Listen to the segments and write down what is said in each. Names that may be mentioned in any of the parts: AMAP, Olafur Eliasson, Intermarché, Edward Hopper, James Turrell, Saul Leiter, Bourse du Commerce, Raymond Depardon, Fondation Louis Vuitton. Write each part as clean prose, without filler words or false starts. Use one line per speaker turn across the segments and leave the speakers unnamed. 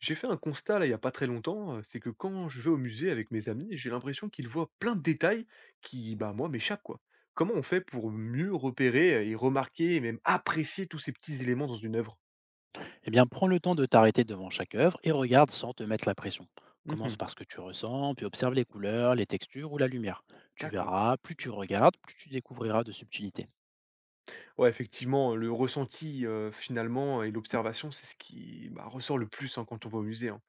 J'ai fait un constat là il y a pas très longtemps, c'est que quand je vais au musée avec mes amis, j'ai l'impression qu'ils voient plein de détails qui, bah, moi, m'échappent quoi. Comment on fait pour mieux repérer et remarquer et même apprécier tous ces petits éléments dans une œuvre?
Eh bien, prends le temps de t'arrêter devant chaque œuvre et regarde sans te mettre la pression. Commence
Mmh.
par ce que tu ressens, puis observe les couleurs, les textures ou la lumière. Tu
D'accord.
verras, plus tu regardes, plus tu découvriras de subtilités.
Ouais, effectivement, le ressenti, finalement, et l'observation, c'est ce qui, bah, ressort le plus, hein, quand on va au musée, hein.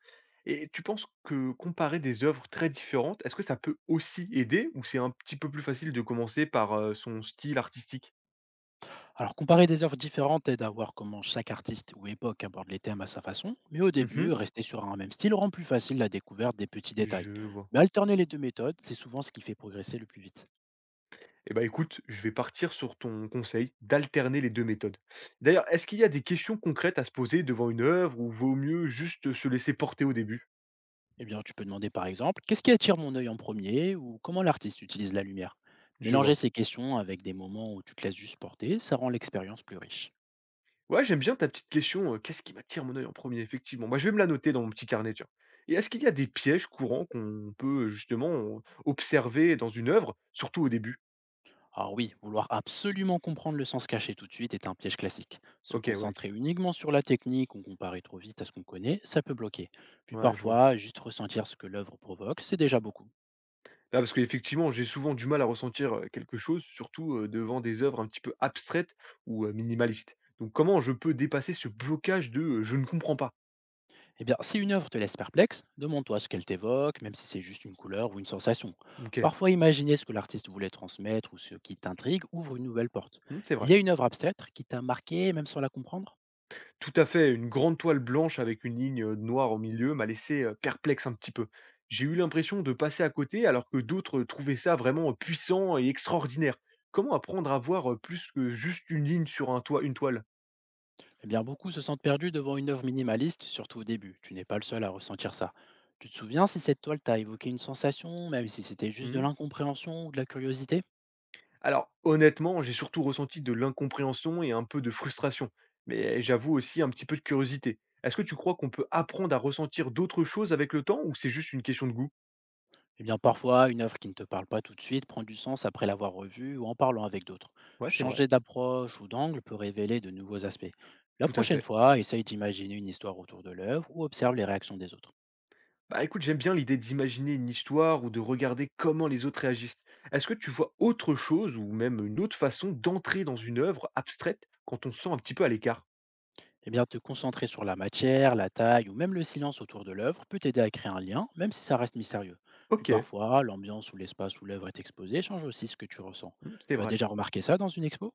Et tu penses que comparer des œuvres très différentes, est-ce que ça peut aussi aider ou c'est un petit peu plus facile de commencer par, son style artistique?
Alors, comparer des œuvres différentes aide à voir comment chaque artiste ou époque aborde les thèmes à sa façon, mais au
Mmh.
début, rester sur un même style rend plus facile la découverte des petits détails.
Je vois.
Mais alterner les deux méthodes, c'est souvent ce qui fait progresser le plus vite.
Eh ben, écoute, je vais partir sur ton conseil d'alterner les 2 méthodes. D'ailleurs, est-ce qu'il y a des questions concrètes à se poser devant une œuvre ou vaut mieux juste se laisser porter au début?
Eh bien, tu peux demander par exemple, qu'est-ce qui attire mon œil en premier ou comment l'artiste utilise la lumière?
Je
Mélanger
vois.
ces questions avec des moments où tu te laisses juste porter, ça rend l'expérience plus riche.
Ouais, j'aime bien ta petite question, qu'est-ce qui m'attire mon œil en premier. Effectivement, moi je vais me la noter dans mon petit carnet, tiens. Et est-ce qu'il y a des pièges courants qu'on peut justement observer dans une œuvre, surtout au début?
Alors oui, vouloir absolument comprendre le sens caché tout de suite est un piège classique. Se
OK, ouais,
concentrer uniquement sur la technique ou comparer trop vite à ce qu'on connaît, ça peut bloquer. Puis
ouais, je vois.
parfois, juste ressentir ce que l'œuvre provoque, c'est déjà beaucoup.
Ah, parce qu'effectivement, j'ai souvent du mal à ressentir, quelque chose, surtout, devant des œuvres un petit peu abstraites ou, minimalistes. Donc comment je peux dépasser ce blocage de, «Je ne comprends pas»?
Eh bien, si une œuvre te laisse perplexe, demande-toi ce qu'elle t'évoque, même si c'est juste une couleur ou une sensation.
OK,
Parfois, imaginer ce que l'artiste voulait transmettre ou ce qui t'intrigue ouvre une nouvelle porte.
mmh, c'est
Il
vrai.
y a une œuvre abstraite qui t'a marqué, même sans la comprendre?
Tout à fait, une grande toile blanche avec une ligne, noire au milieu m'a laissé, perplexe un petit peu. J'ai eu l'impression de passer à côté alors que d'autres, trouvaient ça vraiment, puissant et extraordinaire. Comment apprendre à voir, plus que juste une ligne sur un toit une toile?
Eh bien, beaucoup se sentent perdus devant une œuvre minimaliste, surtout au début. Tu n'es pas le seul à ressentir ça. Tu te souviens si cette toile t'a évoqué une sensation, même si c'était juste de
Mmh.
l'incompréhension ou de la curiosité?
Alors, honnêtement, j'ai surtout ressenti de l'incompréhension et un peu de frustration, mais j'avoue aussi un petit peu de curiosité. Est-ce que tu crois qu'on peut apprendre à ressentir d'autres choses avec le temps ou c'est juste une question de goût?
Eh bien, parfois, une œuvre qui ne te parle pas tout de suite prend du sens après l'avoir revue ou en parlant avec d'autres.
Ouais, c'est vrai,
Changer d'approche ou d'angle peut révéler de nouveaux aspects. La
tout à
prochaine
fait.
fois, essaye d'imaginer une histoire autour de l'œuvre ou observe les réactions des autres.
Bah écoute, j'aime bien l'idée d'imaginer une histoire ou de regarder comment les autres réagissent. Est-ce que tu vois autre chose ou même une autre façon d'entrer dans une œuvre abstraite quand on se sent un petit peu à l'écart?
Eh bien, te concentrer sur la matière, la taille ou même le silence autour de l'œuvre peut t'aider à créer un lien, même si ça reste mystérieux. Puis
Ok,
parfois, l'ambiance ou l'espace où l'œuvre est exposée change aussi ce que tu ressens.
hmm, c'est
Tu as
vrai.
déjà remarqué ça dans une expo?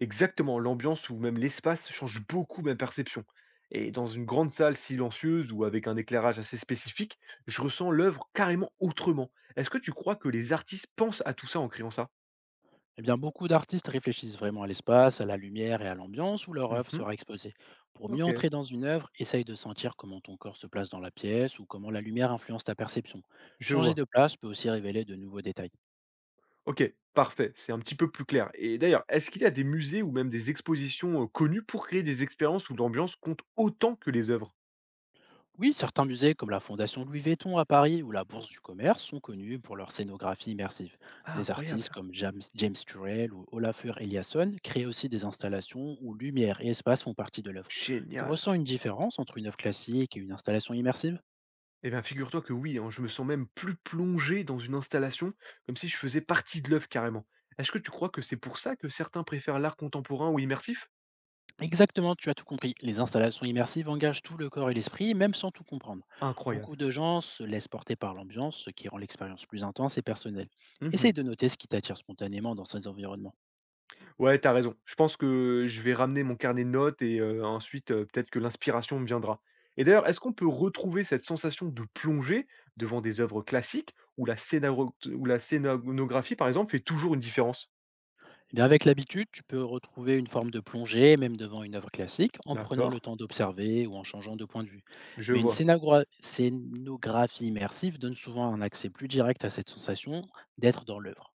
Exactement, l'ambiance ou même l'espace change beaucoup ma perception. Et dans une grande salle silencieuse ou avec un éclairage assez spécifique, je ressens l'œuvre carrément autrement. Est-ce que tu crois que les artistes pensent à tout ça en créant ça?
Eh bien, beaucoup d'artistes réfléchissent vraiment à l'espace, à la lumière et à l'ambiance où leur œuvre
Mhm.
sera exposée. Pour mieux
Ok,
entrer dans une œuvre, essaye de sentir comment ton corps se place dans la pièce ou comment la lumière influence ta perception.
je
Changer
vois.
de place peut aussi révéler de nouveaux détails.
Ok, parfait, c'est un petit peu plus clair. Et d'ailleurs, est-ce qu'il y a des musées ou même des expositions connues pour créer des expériences où l'ambiance compte autant que les œuvres?
Oui, certains musées comme la Fondation Louis Vuitton à Paris ou la Bourse du Commerce sont connus pour leur scénographie immersive.
Ah,
Des artistes
incroyable,
comme James Turrell ou Olafur Eliasson créent aussi des installations où lumière et espace font partie de l'œuvre. Tu
génial.
ressens une différence entre une œuvre classique et une installation immersive?
Eh bien, figure-toi que oui, hein, je me sens même plus plongé dans une installation, comme si je faisais partie de l'œuvre carrément. Est-ce que tu crois que c'est pour ça que certains préfèrent l'art contemporain ou immersif?
Exactement, tu as tout compris. Les installations immersives engagent tout le corps et l'esprit, même sans tout comprendre. Beaucoup
Incroyable.
de gens se laissent porter par l'ambiance, ce qui rend l'expérience plus intense et personnelle. Essaye
Mhm.
de noter ce qui t'attire spontanément dans ces environnements.
Ouais, t'as raison. Je pense que je vais ramener mon carnet de notes et ensuite, peut-être que l'inspiration me viendra. Et d'ailleurs, est-ce qu'on peut retrouver cette sensation de plongée devant des œuvres classiques où la, ou la scénographie, par exemple, fait toujours une différence?
Eh bien, avec l'habitude, tu peux retrouver une forme de plongée, même devant une œuvre classique, en prenant le
D'accord,
temps d'observer ou en changeant de point de vue.
je
Mais une
vois.
scénographie immersive donne souvent un accès plus direct à cette sensation d'être dans l'œuvre.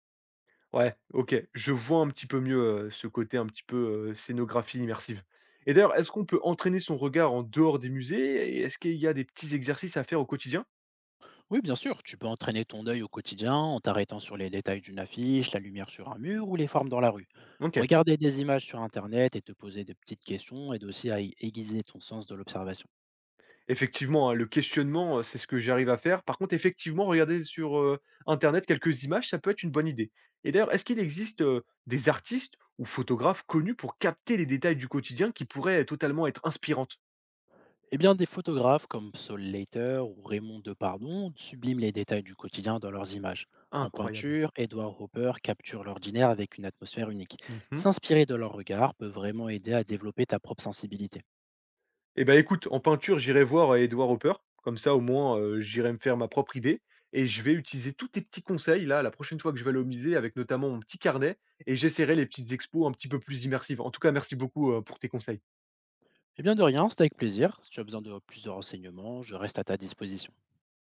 Ouais, OK. Je vois un petit peu mieux, ce côté un petit peu, scénographie immersive. Et d'ailleurs, est-ce qu'on peut entraîner son regard en dehors des musées et est-ce qu'il y a des petits exercices à faire au quotidien?
Oui, bien sûr, tu peux entraîner ton œil au quotidien en t'arrêtant sur les détails d'une affiche, la lumière sur un mur ou les formes dans la rue.
OK.
Regarder des images sur Internet et te poser de petites questions aide aussi à y aiguiser ton sens de l'observation.
Effectivement, hein, le questionnement, c'est ce que j'arrive à faire. Par contre, effectivement, regarder sur, internet quelques images, ça peut être une bonne idée. Et d'ailleurs, est-ce qu'il existe, des artistes ou photographes connus pour capter les détails du quotidien qui pourraient totalement être inspirantes?
Eh bien, des photographes comme Saul Leiter ou Raymond Depardon subliment les détails du quotidien dans leurs images. En
Incroyable.
peinture, Edward Hopper capture l'ordinaire avec une atmosphère unique.
Mmh.
S'inspirer de leur regard peut vraiment aider à développer ta propre sensibilité.
Eh ben écoute, en peinture, j'irai voir, Edward Hopper. Comme ça, au moins, j'irai me faire ma propre idée et je vais utiliser tous tes petits conseils, là, la prochaine fois que je vais aller au musée avec notamment mon petit carnet et j'essaierai les petites expos un petit peu plus immersives. En tout cas, merci beaucoup, pour tes conseils.
Eh bien, de rien, c'est avec plaisir. Si tu as besoin de plus de renseignements, je reste à ta disposition.